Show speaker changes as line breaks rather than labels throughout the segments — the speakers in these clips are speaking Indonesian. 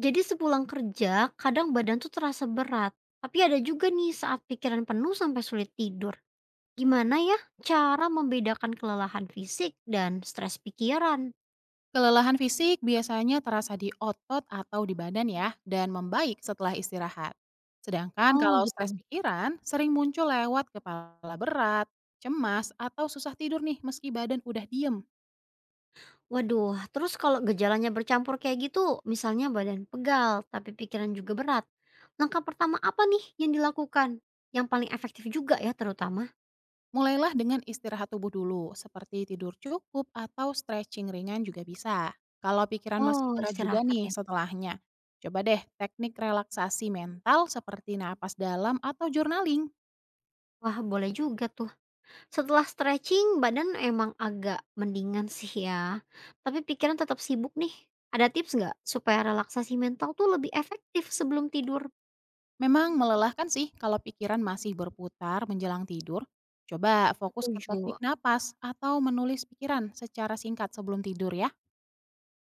Jadi sepulang kerja, kadang badan tuh terasa berat. Tapi ada juga nih saat pikiran penuh sampai sulit tidur. Gimana ya, cara membedakan kelelahan fisik dan stres pikiran?
Kelelahan fisik biasanya terasa di otot atau di badan ya, dan membaik setelah istirahat. Sedangkan
Oh
kalau
gitu.
stres pikiran, sering muncul lewat kepala berat, cemas, atau susah tidur nih meski badan udah diem.
Waduh, terus kalau gejalanya bercampur kayak gitu, misalnya badan pegal tapi pikiran juga berat. Langkah pertama apa nih yang dilakukan? Yang paling efektif juga ya terutama.
Mulailah dengan istirahat tubuh dulu, seperti tidur cukup atau stretching ringan juga bisa. Kalau pikiran masih
Oh,
berat juga
istirahat
nih
ya.
setelahnya, coba deh teknik relaksasi mental seperti napas dalam atau journaling.
Wah, boleh juga tuh. Setelah stretching badan emang agak mendingan sih ya, tapi pikiran tetap sibuk nih. Ada tips nggak supaya relaksasi mental tuh lebih efektif sebelum tidur?
Memang melelahkan sih kalau pikiran masih berputar menjelang tidur. Coba fokus ke teknik
Setuju.
napas atau menulis pikiran secara singkat sebelum tidur ya.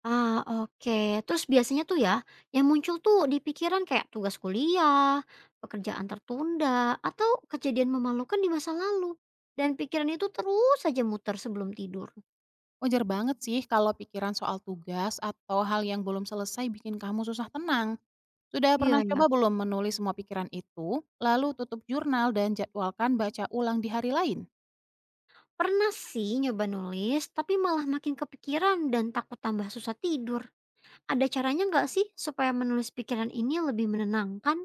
Ah, oke. Terus biasanya tuh ya, yang muncul tuh di pikiran kayak tugas kuliah, pekerjaan tertunda, atau kejadian memalukan di masa lalu. Dan pikiran itu terus saja muter sebelum tidur.
Wajar banget sih kalau pikiran soal tugas atau hal yang belum selesai bikin kamu susah tenang. Sudah
Iya
pernah
ya.
coba belum menulis semua pikiran itu? Lalu tutup jurnal dan jadwalkan baca ulang di hari lain.
Pernah sih nyoba nulis, tapi malah makin kepikiran dan takut tambah susah tidur. Ada caranya nggak sih supaya menulis pikiran ini lebih menenangkan?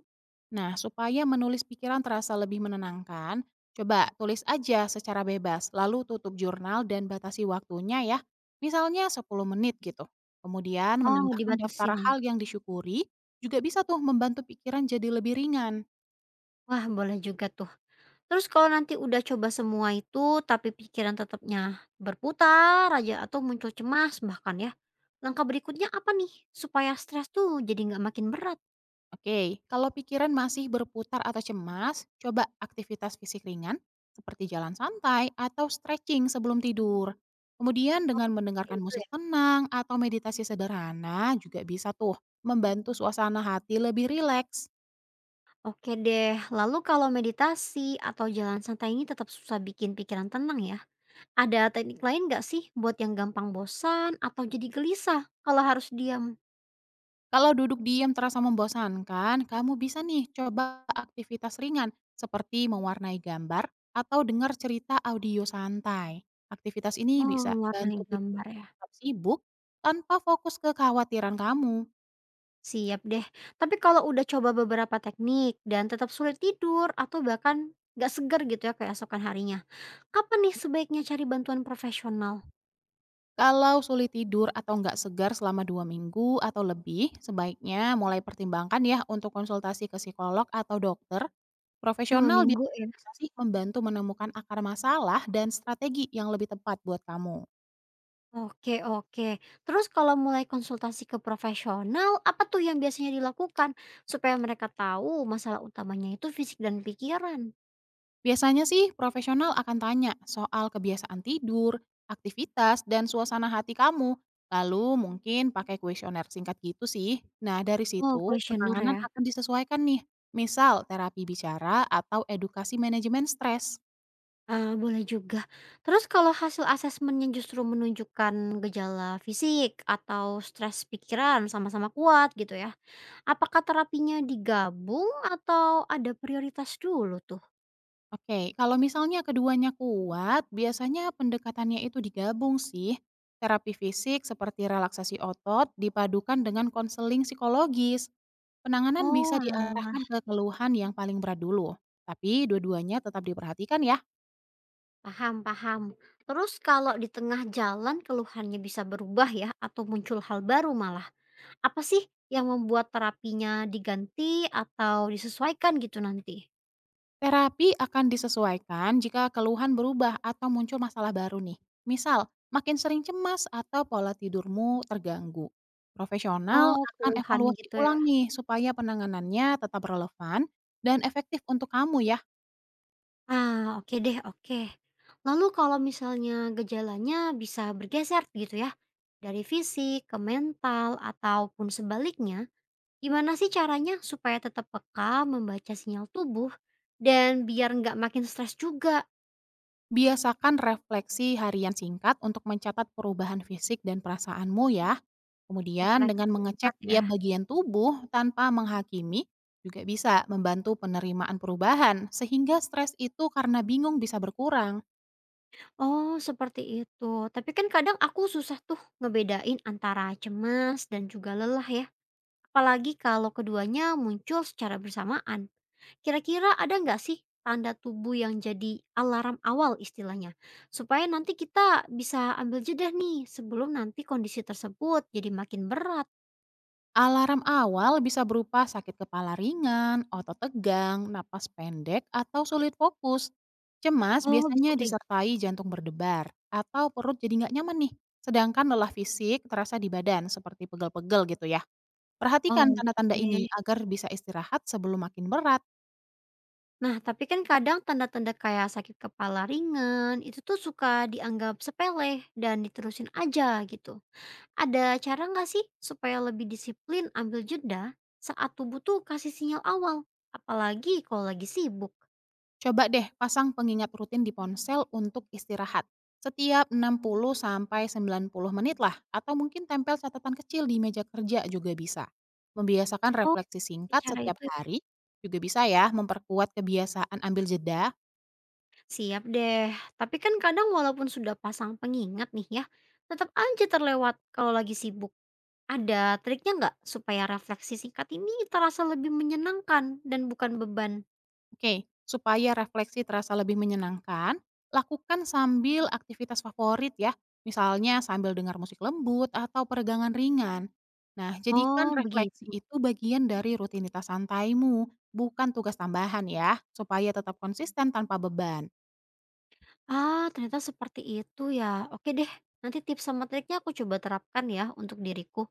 Nah, supaya menulis pikiran terasa lebih menenangkan, coba tulis aja secara bebas, lalu tutup jurnal dan batasi waktunya ya. Misalnya 10 menit gitu. Kemudian
Oh,
menambahkan daftar
dibatasin ya?
hal yang disyukuri, juga bisa tuh membantu pikiran jadi lebih ringan.
Wah, boleh juga tuh. Terus kalau nanti udah coba semua itu, tapi pikiran tetapnya berputar aja atau muncul cemas bahkan ya. Langkah berikutnya apa nih? Supaya stres tuh jadi nggak makin berat.
Oke, kalau pikiran masih berputar atau cemas, coba aktivitas fisik ringan seperti jalan santai atau stretching sebelum tidur. Kemudian
Oh,
dengan
kayak
mendengarkan
itu
musik
ya.
tenang atau meditasi sederhana juga bisa tuh membantu suasana hati lebih rileks.
Oke deh, lalu kalau meditasi atau jalan santai ini tetap susah bikin pikiran tenang ya. Ada teknik lain nggak sih buat yang gampang bosan atau jadi gelisah kalau harus diam?
Kalau duduk diam terasa membosankan, kamu bisa nih coba aktivitas ringan seperti mewarnai gambar atau dengar cerita audio santai. Aktivitas ini
Oh,
bisa
mewarnai
bantu
gambar ya?
tetap sibuk, tanpa fokus ke kekhawatiran kamu.
Siap deh. Tapi kalau udah coba beberapa teknik dan tetap sulit tidur atau bahkan nggak segar gitu ya keesokan harinya, kapan nih sebaiknya cari bantuan profesional?
Kalau sulit tidur atau nggak segar selama 2 minggu atau lebih, sebaiknya mulai pertimbangkan ya untuk konsultasi ke psikolog atau dokter.
Dua
Profesional
minggu
biasanya
ya?
bisa sih membantu menemukan akar masalah dan strategi yang lebih tepat buat kamu.
Oke, oke. Terus kalau mulai konsultasi ke profesional, apa tuh yang biasanya dilakukan supaya mereka tahu masalah utamanya itu fisik dan pikiran?
Biasanya sih profesional akan tanya soal kebiasaan tidur, aktivitas, dan suasana hati kamu. Lalu mungkin pakai kuesioner singkat gitu sih. Nah, dari
Oh,
situ
kuesioner
penanganan
ya?
akan disesuaikan nih. Misal terapi bicara atau edukasi manajemen stres.
Ah boleh juga. Terus kalau hasil asesmennya justru menunjukkan gejala fisik atau stres pikiran sama-sama kuat gitu ya, apakah terapinya digabung atau ada prioritas dulu tuh?
Oke, kalau misalnya keduanya kuat, biasanya pendekatannya itu digabung sih. Terapi fisik seperti relaksasi otot dipadukan dengan konseling psikologis. Penanganan bisa diarahkan
Oalah,
ke keluhan yang paling berat dulu, tapi dua-duanya tetap diperhatikan ya.
paham paham. Terus kalau di tengah jalan keluhannya bisa berubah ya atau muncul hal baru malah, apa sih yang membuat terapinya diganti atau disesuaikan gitu nanti?
Terapi akan disesuaikan jika keluhan berubah atau muncul masalah baru nih. Misal, makin sering cemas atau pola tidurmu terganggu.
Oh,
Profesional akan
keluhan
evaluasi
gitu ya?
ulang nih supaya penanganannya tetap relevan dan efektif untuk kamu ya.
Ah, oke deh, oke. Lalu kalau misalnya gejalanya bisa bergeser gitu ya, dari fisik ke mental ataupun sebaliknya, gimana sih caranya supaya tetap peka membaca sinyal tubuh dan biar nggak makin stres juga?
Biasakan refleksi harian singkat untuk mencatat perubahan fisik dan perasaanmu ya. Kemudian
Refleksi
dengan
singkat
mengecek tiap
ya.
bagian tubuh tanpa menghakimi juga bisa membantu penerimaan perubahan sehingga stres itu karena bingung bisa berkurang.
Oh, seperti itu. Tapi kan kadang aku susah tuh ngebedain antara cemas dan juga lelah ya. Apalagi kalau keduanya muncul secara bersamaan. Kira-kira ada nggak sih tanda tubuh yang jadi alarm awal istilahnya, supaya nanti kita bisa ambil jeda nih sebelum nanti kondisi tersebut jadi makin berat?
Alarm awal bisa berupa sakit kepala ringan, otot tegang, napas pendek, atau sulit fokus. Cemas
Oh bisa
biasanya
kayak gitu.
disertai jantung berdebar atau perut jadi nggak nyaman nih. Sedangkan lelah fisik terasa di badan seperti pegel-pegel gitu ya. Perhatikan
Oke
tanda-tanda ini
deh.
agar bisa istirahat sebelum makin berat.
Nah tapi kan kadang tanda-tanda kayak sakit kepala ringan itu tuh suka dianggap sepele dan diterusin aja gitu. Ada cara nggak sih supaya lebih disiplin ambil jeda saat tubuh tuh kasih sinyal awal, apalagi kalau lagi sibuk?
Coba deh pasang pengingat rutin di ponsel untuk istirahat. Setiap 60 sampai 90 menit lah atau mungkin tempel catatan kecil di meja kerja juga bisa. Membiasakan
Oh,
refleksi singkat
cara
setiap
itu ya?
hari juga bisa ya memperkuat kebiasaan ambil jeda.
Siap deh, tapi kan kadang walaupun sudah pasang pengingat nih ya, tetap aja terlewat kalau lagi sibuk. Ada triknya nggak supaya refleksi singkat ini terasa lebih menyenangkan dan bukan beban?
Oke, supaya refleksi terasa lebih menyenangkan, lakukan sambil aktivitas favorit ya. Misalnya sambil dengar musik lembut atau peregangan ringan. Nah, jadikan
Oh,
refleksi
begitu.
itu bagian dari rutinitas santaimu, bukan tugas tambahan ya, supaya tetap konsisten tanpa beban.
Ah, ternyata seperti itu ya. Oke deh, nanti tips sama triknya aku coba terapkan ya untuk diriku.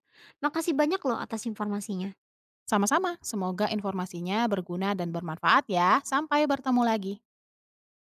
Makasih banyak loh atas informasinya.
Sama-sama, semoga informasinya berguna dan bermanfaat ya. Sampai bertemu lagi.